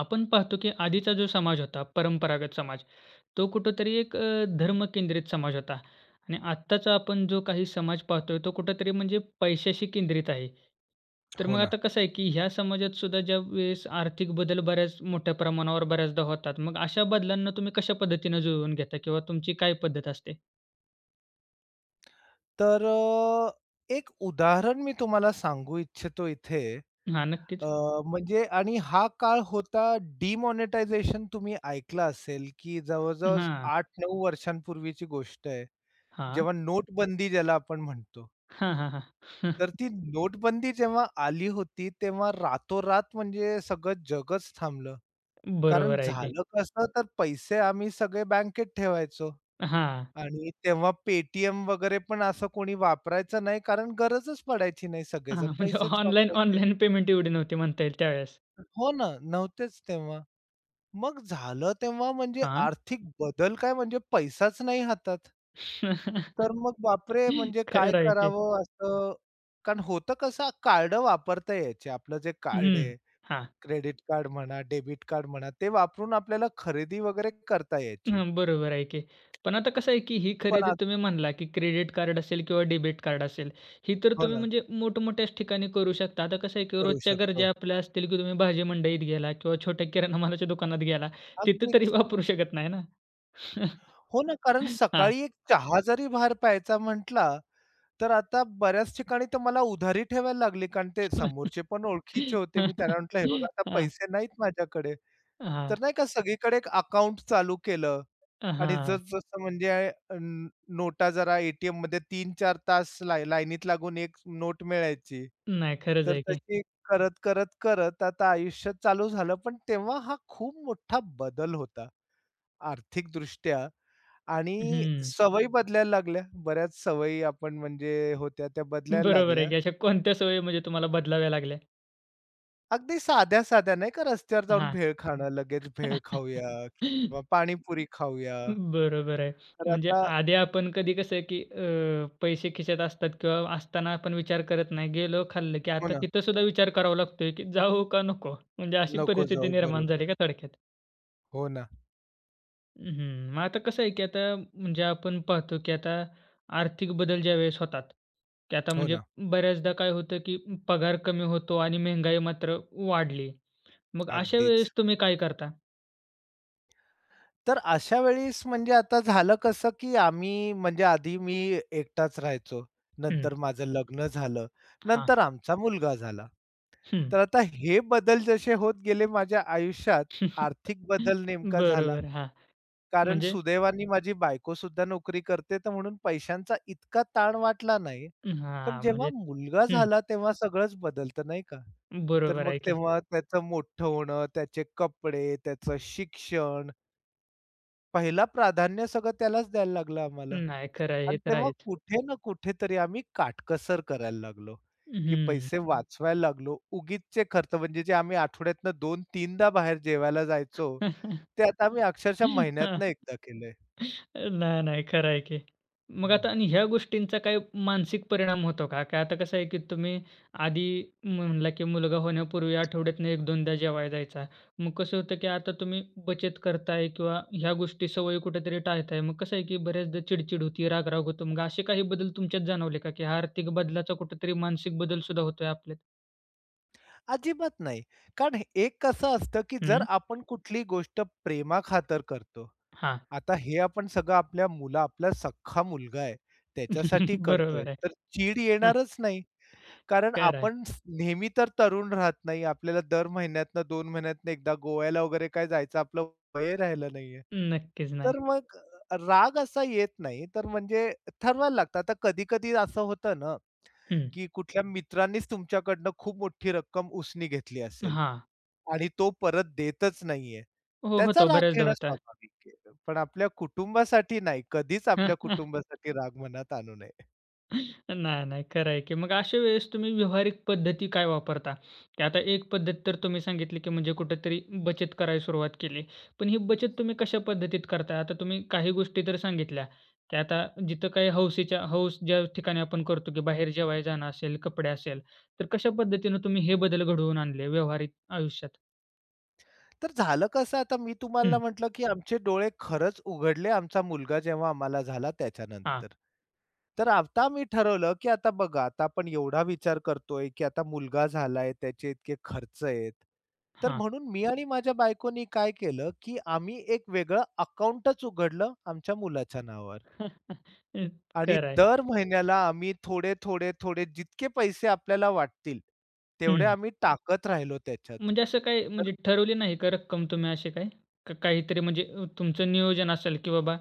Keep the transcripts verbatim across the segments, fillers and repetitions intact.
आपण पाहतो की आधीचा जो समाज होता, परंपरागत समाज, तो कुठेतरी एक अ, धर्मकेंद्रित समाज होता आणि आत्ताचा आपण जो काही समाज पाहतोय, तो कुठेतरी म्हणजे पैशाशी केंद्रित आहे. तर हो मग ना. आता कसं आहे की ह्या समाजात सुद्धा ज्यावेळेस आर्थिक बदल बऱ्याच मोठ्या प्रमाणावर बऱ्याचदा होतात. मग अशा बदलांना तुम्ही कशा पद्धतीनं जुळवून घेता किंवा तुमची काय पद्धत असते? तर अ, एक उदाहरण मी तुम्हाला सांगू इच्छितो इथे हां, अ, नक्कीच. म्हणजे आणि हा काळ होता डिमॉनिटायझेशन तुम्ही ऐकलं असेल, की जवळ-जवळ हां, आठ नऊ वर्षांपूर्वीची गोष्ट आहे. हां. जेव्हा नोटबंदी ज्याला आपण म्हणतो. हां, हां, हां. तर ती नोटबंदी जेव्हा आली होती, तेव्हा रातोरात म्हणजे सगळं जगच थांबलं. कारण बरोबर आहे की. झालं कसं, तर पैसे आम्ही सगळे बँकेत ठेवायचो. हां, आणि तेव्हा Paytm वगैरे पण असं कोणी वापरायचं नाही, कारण गरजच पडायची नाही. हां. सगळेजण म्हणजे पैसेच ऑनलाईन वापरायचे. ऑनलाईन पेमेंट एवढी नव्हती म्हणता येईल त्यावेळेस. हो ना, नव्हतेच तेव्हा. मग झालं तेव्हा म्हणजे हां. आर्थिक बदल काय म्हणजे पैसाच नाही हातात. तर मग बापरे! म्हणजे काय खरं आहे की. करावं असं कारण होतं कसं कार्ड वापरता यायचे. आपलं जे कार्ड हं. आहे, हां. क्रेडिट कार्ड म्हणा, डेबिट कार्ड म्हणा, ते वापरून आपल्याला खरेदी वगैरे करता यायची. हं, बरोबर आहे की. पण आता कसं आहे की ही पण खरेदी आत तुम्ही म्हणला की क्रेडिट कार्ड असेल किंवा डेबिट कार्ड असेल, ही तर हो तुम्ही ना, म्हणजे मोठमोठ्याच ठिकाणी करू शकता. आता कसं आहे की करू रोजच्या शकतो. गरजा आपल्या असतील की तुम्ही भाजी मंडईत गेला किंवा छोट्या किराणा मालाच्या दुकानात गेला, तिथं तरी अगदीच. वापरू शकत नाही ना. हो ना, कारण हां. सकाळी एक चहा जरी बाहेर प्यायचा म्हटला, तर आता बऱ्याच ठिकाणी तर मला उधारी ठेवायला लागली. कारण ते समोरचे पण ओळखीचे होते. मी त्यांना म्हटलं, "हे बघा, आता हां, पैसे नाहीत माझ्याकडे." हां, तर नाही का सगळीकडे एक अकाउंट चालू केलं आणि हां. जसं-जसं म्हणजे अ, नोटा जरा ए-टी-एममध्ये तीन तास लाय लाईनीत लागून एक नोट मिळायची. नाही खरंच तर आहे की. तशी करत, करत, करत आता आयुष्य चालू झालं. पण तेव्हा हा खूप मोठा बदल होता आर्थिकदृष्ट्या. आणि हं. सवयी बदलायला लागल्या. बऱ्याच सवयी आपण म्हणजे होत्या त्या बदलायला बरोबर आहे लागल्या. की. अशा कोणत्या सवयी म्हणजे तुम्हाला बदलाव्या लागल्या? अगदी साध्या-साध्या नाही का रस्त्यावर जाऊन हां. भेळ खाणं, लगेच भेळ खाऊया किंवा पाणीपुरी खाऊया. बरोबर आहे. तर म्हणजे आता आधी आपण कधी कसं आहे, की अ, पैसे खिशात असतात किंवा असताना आपण विचार करत नाही. गेलो, खाल्लं, की हो आता ना, तिथं सुद्धा विचार करावा लागतोय, की जाऊ का नको? म्हणजे अशी नको परिस्थिती जाऊ निर्माण बरोबर झाली का आहे. थोडक्यात? हो ना, हं. मग आता कसं आहे, की आता म्हणजे आपण पाहतो, की आता आर्थिक बदल ज्यावेळेस होतात, की आता हो म्हणजे ना, बऱ्याचदा काय होतं, की पगार कमी होतो आणि महागाई मात्र वाढली. मग अशा अगदीच. वेळेस तुम्ही काय करता? तर अशा वेळेस म्हणजे आता झालं कसं, की आम्ही म्हणजे आधी मी एकटाच राहायचो. हं. नंतर माझं लग्न झालं. हां. नंतर आमचा मुलगा झाला. तर आता हे बदल जसे होत गेले माझ्या आयुष्यात, आर्थिक बदल नेमका झाला. बरोबर. हां. कारण म्हणजे सुदैवाने माझी बायको सुद्धा नोकरी करते, तर म्हणून पैशांचा इतका ताण वाटला नाही. पण हां, जेव्हा म्हणजे मुलगा हं, झाला, तेव्हा सगळंच बदलतं नाही का? तर बरोबर मग आहे की. तेव्हा त्याचं मोठं होणं, त्याचे कपडे, त्याचं शिक्षण, पहिला प्राधान्य सगळं त्यालाच द्यायला लागलं आम्हाला. नाही खरं आहे, हे आणि तर तेव्हा आहेच. कुठे ना कुठेतरी आम्ही काटकसर करायला लागलो, की हं. पैसे हं. वाचवायला लागलो. उगीचचे खर्च म्हणजे जे आम्ही आठवड्यातनं दोन-3दा बाहेर जेवायला जायचो, ते आता आम्ही अक्षरशः महिन्यातनं एकदा केलंय. नाही, नाही. खरं आहे की. हो मग ना. आता आणि ह्या गोष्टींचा काही मानसिक परिणाम होतो का? का आता कसं आहे की तुम्ही आधी म्हणला की मुलगा होण्यापूर्वी आठवड्यातनं एक दोनदा जेवायला जायचा. मग कसं होतं की आता तुम्ही बचत करताय किंवा ह्या गोष्टी सवयी कुठेतरी टाळताय. मग कसं आहे की बऱ्याचदा चिडचिड होती, राग होतो. मग असे काही बदल तुमच्यात जाणवले का? की हा आर्थिक बदलाचा कुठेतरी मानसिक बदल सुद्धा होतोय आपल्यात? अजिबात नाही. कारण एक कसं असतं, की जर हं. आपण कुठली गोष्ट प्रेमाखातर करतो, हां. आता हे आपण सगळं आपल्या मुला आपला सख्खा मुलगा आहे, त्याच्यासाठी करतोय, बरोबर आहे. तर चीड हां. येणारच नाही. कारण खरं आहे. आपण स नेहमी तर तरुण राहत नाही. आपल्याला दर महिन्यातनं दोन महिन्यातनं एकदा गोव्याला वगैरे काय जायचं आपलं वय राहिलं नाहीये. नक्कीच नाही. तर मग राग असा येत नाही. तर म्हणजे ठरवायला लागतं. आता कधी-कधी असं होतं ना, हं. की कुठल्या मित्रांनीच तुमच्याकडनं खूप मोठी रक्कम उसने घेतली असेल हां. आणि तो परत देतच नाहीये. हो, त्याचा होतो. राग बऱ्याचदा घेणं होता. स्वाभाविक आहे. पण आपल्या कुटुंबासाठी नाही. कधीच आपल्या कुटुंबासाठी राग मनात आणू नये. नाही, नाही. खरं आहे की मग अशा वेळेस तुम्ही व्यावहारिक पद्धती काय वापरता? की आता एक पद्धत तर तुम्ही सांगितली की म्हणजे कुठेतरी बचत करायला सुरुवात केली. पण ही बचत तुम्ही कशा पद्धतीत करता? आता तुम्ही काही गोष्टी तर सांगितल्या, की आता जिथं काही हौसीच्या हौस ज्या ठिकाणी आपण करतो की बाहेर जेवायला जाणं असेल, कपडे असेल, तर कशा पद्धतीनं तुम्ही हे बदल घडवून आणले व्यावहारिक आयुष्यात? तर झालं कसं आता मी तुम्हाला हं. म्हटलं, की आमचे डोळे खरंच उघडले आमचा मुलगा जेव्हा आम्हाला झाला हां, त्याच्यानंतर. तर आता आम्ही ठरवलं, की आता बघा आता आपण एवढा विचार करतोय, की आता मुलगा झालाय, त्याचे इतके खर्च आहेत. तर हां. म्हणून मी आणि माझ्या बायकोनी काय केलं, की आम्ही एक वेगळं अकाउंटच उघडलं आमच्या मुलाच्या नावावर आणि खरं आहे. दर महिन्याला आम्ही थोडे, थोडे, थोडे जितके पैसे आपल्याला वाटतील, तेवढे हं. आम्ही टाकत राहिलो त्याच्यात. म्हणजे असं काही म्हणजे ठरवली नाही का रक्कम तुम्ही अशी काय? का काहीतरी म्हणजे अ, तुमचं नियोजन असेल, की बाबा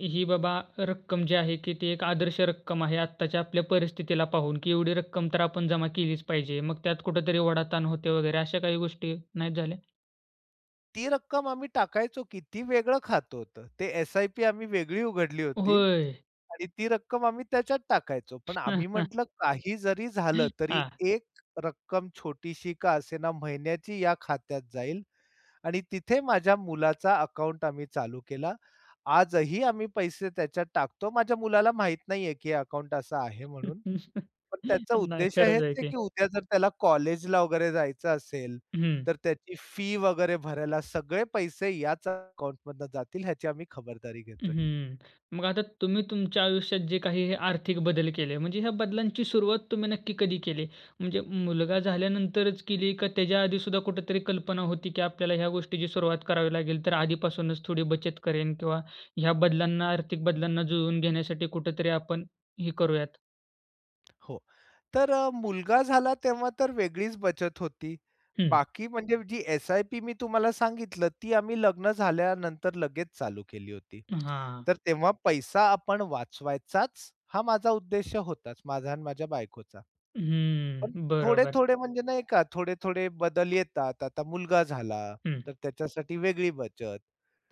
ही बाबा रक्कम जी आहे, की ती एक आदर्श रक्कम आहे आत्ताच्या आपल्या परिस्थितीला पाहून, की एवढी रक्कम तर आपण जमा केलीच पाहिजे. मग त्यात कुठेतरी ओढाताण होते वगैरे अशा काही गोष्टी नाहीत झाल्या? ती रक्कम आम्ही टाकायचो की ती वेगळं खातं होतं. ते एस-आय-पी आम्ही वेगळी उघडली होती होय. आणि ती रक्कम आम्ही त्याच्यात टाकायचो. पण आम्ही म्हटलं काही जरी झालं तरी हां. एक रक्कम छोटीशी का असेना महिन्याची या खात्यात जाईल आणि तिथे माझ्या मुलाचा अकाउंट आम्ही चालू केला. आजही आम्ही पैसे त्याच्यात टाकतो. माझ्या मुलाला माहीत नाहीये की अकाउंट असं आहे म्हणून. पण त्याचा नाही उद्देश खरंच हेच आहे आहे, की. की उद्या जर त्याला कॉलेजला वगैरे जायचं असेल, हं. तर त्याची फी वगैरे भरायला सगळे पैसे याच अकाउंटमधनं जातील ह्याची आम्ही खबरदारी घेतोय. हं. मग आता तुम्ही तुमच्या आयुष्यात जे काही हे आर्थिक बदल केले, म्हणजे ह्या बदलांची सुरुवात तुम्ही नक्की कधी केली? म्हणजे मुलगा झाल्यानंतरच केली का त्याच्या आधीसुद्धा कुठेतरी कल्पना होती, की आपल्याला ह्या गोष्टीची सुरुवात करावी लागेल, तर आधीपासूनच थोडी बचत करेन किंवा ह्या बदलांना, आर्थिक बदलांना जुळवून घेण्यासाठी कुठेतरी आपण हे करूयात? हो. तर अ, मुलगा झाला तेव्हा तर वेगळीच बचत होती. हं. बाकी म्हणजे जी एस-आय-पी मी तुम्हाला सांगितलं, ती आम्ही लग्न झाल्यानंतर लगेच चालू केली होती. हां. तर तेव्हा पैसा आपण वाचवायचाच हा माझा उद्देश होताच, माझा आणि माझ्या बायकोचा. पण हं. बरोबर. थोडे-थोडे म्हणजे नाही का, थोडे-थोडे बदल येतात. आता मुलगा झाला, हं. तर त्याच्यासाठी वेगळी बचत.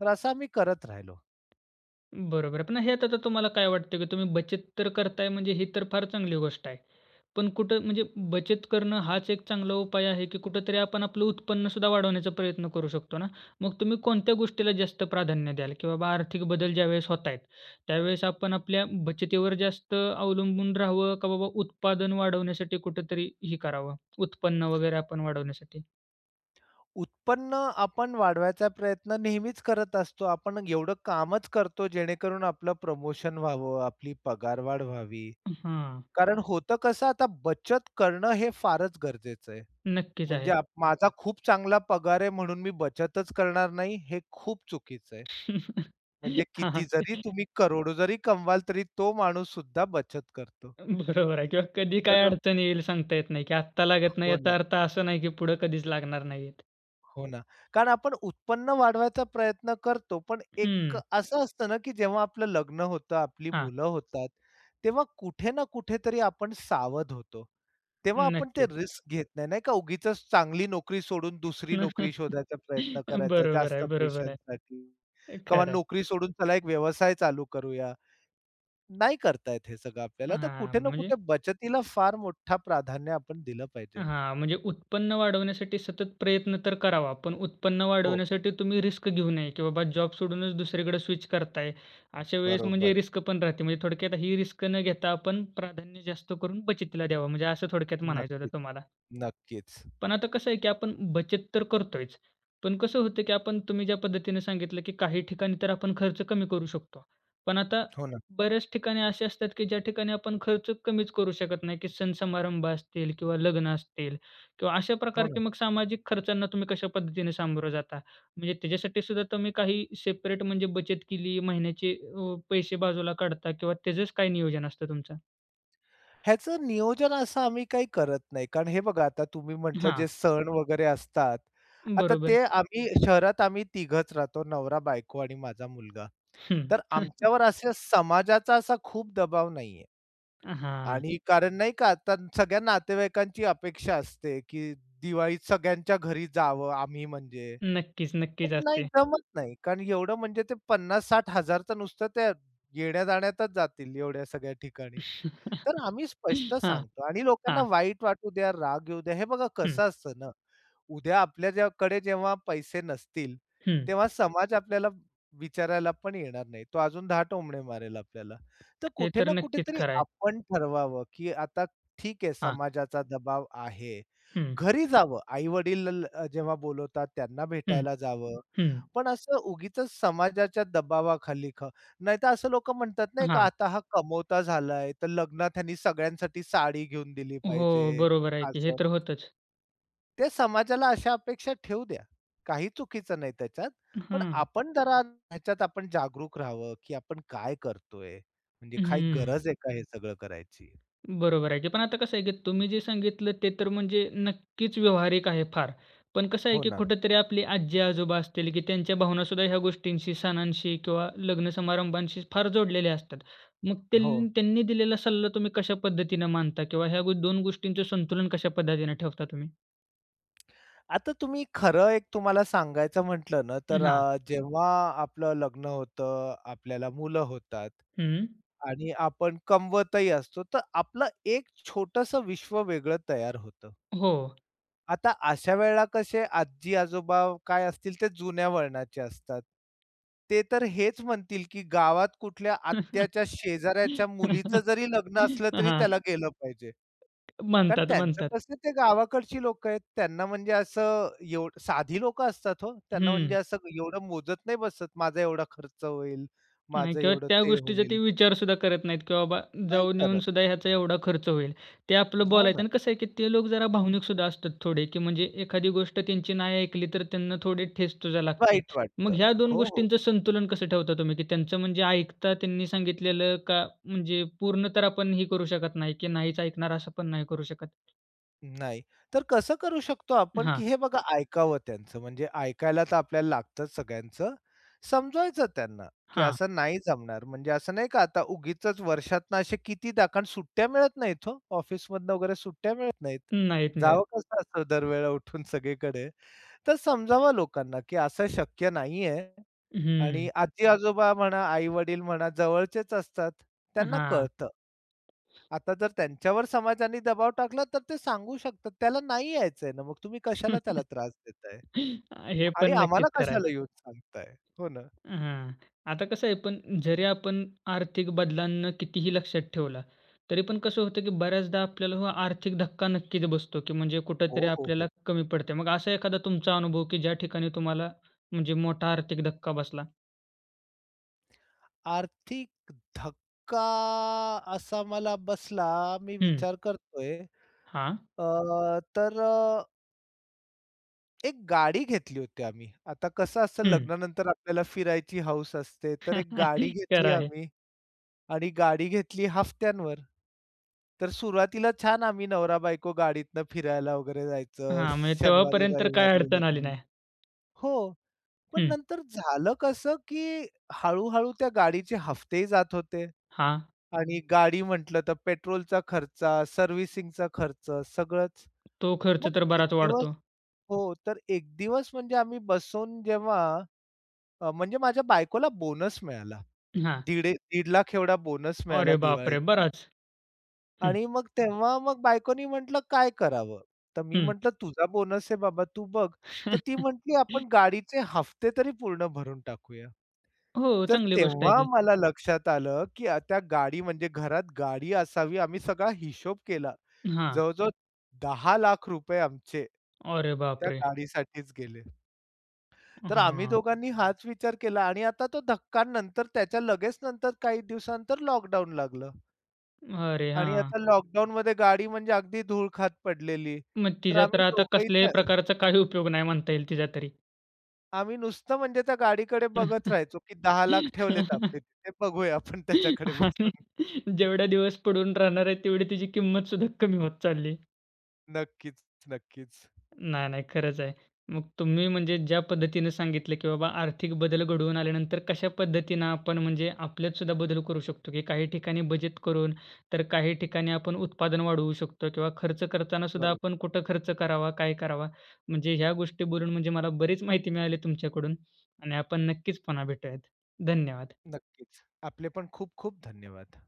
तर असं आम्ही करत राहिलो. बरोबर. पण ह्यात आता तुम्हाला काय वाटतं, की तुम्ही बचत तर करताय म्हणजे ही तर फार चांगली गोष्ट आहे. पण कुठं म्हणजे बचत करणं हाच एक चांगला उपाय आहे, की कुठेतरी आपण आपलं उत्पन्नसुद्धा वाढवण्याचा प्रयत्न करू शकतो ना. मग तुम्ही कोणत्या गोष्टीला जास्त प्राधान्य द्याल? की बाबा आर्थिक बदल ज्यावेळेस होत आहेत, त्यावेळेस आपण आपल्या बचतीवर जास्त अवलंबून राहावं का बाबा उत्पादन वाढवण्यासाठी कुठेतरी हे करावं, उत्पन्न वगैरे आपण वाढवण्यासाठी? उत्पन्न आपण वाढवायचा प्रयत्न नेहमीच करत असतो. आपण एवढं कामच करतो जेणेकरून आपलं प्रमोशन व्हावं, आपली पगारवाढ व्हावी. हां, कारण होतं कसं आता बचत करणं हे फारच गरजेचं आहे. नक्कीच म्हणजे आहे. आप माझा खूप चांगला पगार आहे म्हणून मी बचतच करणार नाही, हे खूप चुकीचं आहे. म्हणजे हां, किती हां. जरी तुम्ही करोडो जरी कमवाल, तरी तो माणूस सुद्धा बचत करतो. बरोबर आहे किंवा कधी काय तर अडचण येईल सांगता येत नाही, की आत्ता लागत नाही हो याचा ना, अर्थ असा नाही, की पुढं कधीच लागणार नाहीयेत. हो ना. कारण आपण उत्पन्न वाढवायचा प्रयत्न करतो, पण एक हं, असं असतं ना, की जेव्हा आपलं लग्न होतं, आपली हां, मुलं होतात, तेव्हा कुठे ना कुठेतरी आपण सावध होतो. तेव्हा आपण ते नक्कीच. रिस्क घेत नाही, नाही का? उगीचच चांगली नोकरी सोडून दुसरी नोकरी शोधायचा प्रयत्न करायचा बरोबर आहे, जास्त बरोबर आहे. पैशांसाठी किंवा खरं आहे. नोकरी सोडून चला एक व्यवसाय चालू करूया. नाही करता येत हे सगळं आपल्याला, तर हां, कुठे ना म्हणजे कुठे बचतीला फार मोठा प्राधान्य आपण दिलं पाहिजे. हां, म्हणजे उत्पन्न वाढवण्यासाठी सतत प्रयत्न तर करावा, पण उत्पन्न हो, वाढवण्यासाठी तुम्ही रिस्क घेऊ नये, की बाबा जॉब सोडूनच दुसरीकडे स्विच करताय. अशा वेळेस म्हणजे बरोबर. रिस्क पण राहते. म्हणजे थोडक्यात ही रिस्क न घेता आपण प्राधान्य जास्त करून बचतीला द्यावं. म्हणजे असं थोडक्यात म्हणायचं नक्कीच, होतं तुम्हाला. नक्कीच. पण आता कसं आहे, की आपण बचत तर करतोयच. पण कसं होतं, की आपण तुम्ही ज्या पद्धतीने सांगितलं, की काही ठिकाणी तर आपण खर्च कमी करू शकतो. पण आता हो ना, बऱ्याच ठिकाणी असे असतात, की ज्या ठिकाणी आपण खर्च कमीच करू शकत नाही, की सण समारंभ असतील किंवा लग्न असतील किंवा अशा हो ना. प्रकारचे मग सामाजिक खर्चांना तुम्ही कशा पद्धतीने सामोरं जाता? म्हणजे त्याच्यासाठी सुद्धा तुम्ही काही सेपरेट म्हणजे बचत केली, महिन्याचे अ, पैसे बाजूला काढता किंवा त्याचंच काय नियोजन असतं तुमचं? ह्याचं नियोजन असं आम्ही काही करत नाही. कारण हे बघा आता तुम्ही म्हटलं हां, जे सण वगैरे असतात, आता ते बरोबर. आम्ही शहरात आम्ही तिघंच राहतो नवरा, बायको आणि माझा मुलगा. हं. तर आमच्यावर असा समाजाचा असा खूप दबाव नाहीये हां. आणि कारण नाही का आता सगळ्या नातेवाईकांची अपेक्षा असते, की दिवाळीत सगळ्यांच्या घरी जावं आम्ही म्हणजे. नक्कीच, तर नक्कीच नाही असते. जमत नाही. कारण एवढं म्हणजे ते पन्नास हजार-साठ हजार तर नुसतं त्या येण्या-जाण्यातच जातील एवढ्या सगळ्या ठिकाणी. तर आम्ही स्पष्ट हां, सांगतो आणि लोकांना हां. वाईट वाटू द्या, राग येऊ द्या. हे बघा हं, कसं असतं ना, उद्या आपल्याकडे जेव्हा पैसे नसतील, हं. तेव्हा समाज आपल्याला विचारायला पण येणार नाही. तो अजून दहा टोमणे मारेल आपल्याला. तर हे कुठे तर ना नक्कीच कुठेतरी खरं आहे. आपण ठरवावं, की आता ठीक आहे हां. समाजाचा दबाव आहे. हं, घरी जावं, आई-वडील जेव्हा बोलवतात त्यांना हं, भेटायला जावं. हं. पण असं उगीचच समाजाच्या दबावाखाली नाहीतर असं लोकं म्हणतात नाही का, हां. आता हा कमवता झालाय, तर लग्नात ह्यानी सगळ्यांसाठी साडी घेऊन दिली हो, पाहिजे, बरोबर आहे की. हे असं. तर होतंच. ते समाजाला अशा अपेक्षा ठेवू द्या. काही चुकीचं नाही त्याच्यात. पण हां. आपण जरा ह्याच्यात आपण जागरूक राहावं, की आपण काय करतोय? म्हणजे काही हं. गरज आहे का हे सगळं करायची? बरोबर आहे की. पण आता कसं आहे की तुम्ही जे सांगितलं ते तर म्हणजे नक्कीच व्यावहारिक आहे फार. पण कसं आहे हो की ना. कुठेतरी आपली आजी-आजोबा असतील की त्यांच्या भावनासुद्धा ह्या गोष्टींशी, सणांशी किंवा लग्न समारंभांशी फार जोडलेल्या असतात. मग हो. त्यां त्यांनी दिलेला सल्ला तुम्ही कशा पद्धतीनं मानता किंवा ह्या दोन गोष्टींचं संतुलन कशा पद्धतीनं ठेवता तुम्ही? आता तुम्ही खरं एक तुम्हाला सांगायचं म्हटलं ना, तर हां. अ, जेव्हा आपलं लग्न होतं, आपल्याला मुलं होतात हं. आणि आपण कमवतही असतो, तर आपलं एक छोटंसं विश्व वेगळं तयार होतं. हो. आता अशा वेळेला कसे आजी-आजोबा काय असतील ते जुन्या वळणाचे असतात. ते तर हेच म्हणतील, की गावात कुठल्या आत्याच्या शेजाऱ्याच्या मुलीचं जरी लग्न असलं तरी हां. त्याला गेलं पाहिजे. कारण म्हणतात, त्यांचं म्हणतात. कसं ते गावाकडची लोकं आहेत. त्यांना म्हणजे असं एव साधी लोकं असतात हो. त्यांना म्हणजे हं. असं एवढं मोजत नाही बसत. माझा एवढा खर्च होईल, नाही माझं किंवा एवढं त्या ते गोष्टीचा होईल. ते विचारसुद्धा करत नाहीत, की बाबा नाही जाऊन करत. येऊनसुद्धा ह्याचा एवढा खर्च होईल. ते आपलं हो ना. बोलायचं आणि कसं आहे, की ते लोक जरा भावनिकसुद्धा असतात थोडे, की म्हणजे एखादी गोष्ट त्यांची नाही ऐकली तर त्यांना थोडी ठेच तुजा लागते. वाईट वाटतं. मग ह्या दोन हो, हो. गोष्टींचं संतुलन कसं ठेवता तुम्ही, की त्यांचं म्हणजे ऐकता त्यांनी सांगितलेलं का म्हणजे पूर्ण तर आपण हे करू शकत नाही, की नाहीच ऐकणार असं पण नाही करू शकत? नाही. तर कसं करू शकतो आपण, हां, की हे बघा ऐकावं त्यांचं म्हणजे ऐकायला तर आपल्याला लागतंच सगळ्यांचं. समजवायचं त्यांना, की हां. असं नाही जमणार. म्हणजे असं नाही का आता उगीचच वर्षातनं असे कितीदा कारण सुट्ट्या मिळत नाहीत हो. ऑफिसमधनं वगैरे सुट्ट्या मिळत नाहीत. नाहीत मिळत. जावं कसं असतं दरवेळेला उठून सगळीकडे. तर समजावा लोकांना, की असं शक्य नाहीये. आणि हं. आजी-आजोबा म्हणा, आई-वडील म्हणा, जवळचेच असतात. त्यांना हां. कळतं. आता जर त्यांच्यावर समाजाने दबाव टाकला, तर ते सांगू शकतात. त्याला नाही यायचंय ना, मग तुम्ही कशाला त्याला त्रास देताय? हे आणि पण आम्हाला नक्कीच खरं आहे. कशाला येऊन सांगताय? हो ना. हां. आता कसं आहे पण जरी आपण आर्थिक बदलांना कितीही लक्षात ठेवला, तरी पण कसं होतं की बऱ्याचदा आपल्याला हो आर्थिक धक्का नक्कीच बसतो की म्हणजे कुठेतरी हो, हो, आपल्याला हो. कमी पडते. मग असा एखादा तुमचा अनुभव की ज्या ठिकाणी तुम्हाला म्हणजे मोठा आर्थिक धक्का बसला? आर्थिक धक्का असा मला बसला, मी हं. विचार करतोय. हां. अ, तर अ, एक गाडी घेतली होती आम्ही. आता कसं असतं हं. लग्नानंतर आपल्याला फिरायची हौस असते, तर एक गाडी घेतली खरं आहे. आम्ही. आणि गाडी घेतली हफ्त्यांवर. तर सुरुवातीला छान आम्ही नवरा-बायको गाडीतनं फिरायला वगैरे जायचं हां, म्हणजे शनिवारी, तेव्हापर्यंत तर काही रविवारी अडचण आली वगैरे. नाही. हो, पण हं. नंतर झालं कसं, की हळू-हळू त्या गाडीचे हफ्तेही जात होते हां. आणि गाडी म्हटलं तर पेट्रोलचा खर्चा, सर्व्हिसिंगचा खर्च सगळंच. तो खर्च मग तर एक बराच दिवस वाढतो. हो, तर एक दिवस म्हणजे आम्ही बसून जेव्हा अ, म्हणजे माझ्या बायकोला बोनस मिळाला. हां. दीड 1.5 लाख एवढा बोनस मिळाला अरे बापरे! दिवाळीचा. बराच. हं, आणि मग तेव्हा मग बायकोनी म्हटलं, "काय करावं?" तर मी हं. म्हटलं, "तुझा बोनस आहे बाबा, तू बघ." तर ती म्हटली, "आपण गाडीचे हफ्ते तरी पूर्ण भरून टाकूया." हो, तर चांगली गोष्ट आहे तेव्हा की. मला लक्षात आलं, की आ- त्या गाडी म्हणजे घरात गाडी असावी. आम्ही सगळा हिशोब केला. हां. जवळ-जवळ ₹दहा,लाख आमचे अरे त्या बापरे! गाडीसाठीच गेले. तर आम्ही हां. दोघांनी हाच विचार केला आणि आता तो धक्का नंतर त्याच्या लगेच नंतर काही दिवसानंतर लॉकडाऊन लागलं. अरे आणि हां. आता लॉकडाऊनमध्ये गाडी म्हणजे अगदी धूळ खात पडलेली. मग तर तिचा तर आम्ही आता दोघंही कसल्याही त्या प्रकारचा काही उपयोग नाही म्हणता येईल तिचा तरी. आम्ही नुसतं म्हणजे त्या गाडीकडे बघत राहायचो, की दहा,लाख ठेवलेत आपले तिथे बघूया आपण त्याच्याकडे आणि बसून. जेवढा दिवस पडून राहणार आहे, तेवढी तिची किंमत सुद्धा कमी होत चालली. नक्कीच, नक्कीच. नाही, नाही. खरंच आहे. मग तुम्ही म्हणजे ज्या पद्धतीनं सांगितलं, की बाबा आर्थिक बदल घडवून आल्यानंतर कशा पद्धतीनं आपण म्हणजे आपल्यात सुद्धा बदल करू शकतो, की काही ठिकाणी बचत करून, तर काही ठिकाणी आपण उत्पादन वाढवू शकतो किंवा खर्च करताना सुद्धा बरोबर. आपण कुठं खर्च करावा, काय करावा. म्हणजे ह्या गोष्टी बोलून म्हणजे मला बरीच माहिती मिळाली तुमच्याकडून आणि आपण नक्कीच पुन्हा भेटूयात. धन्यवाद. नक्कीच. आपले पण खूप खूप धन्यवाद.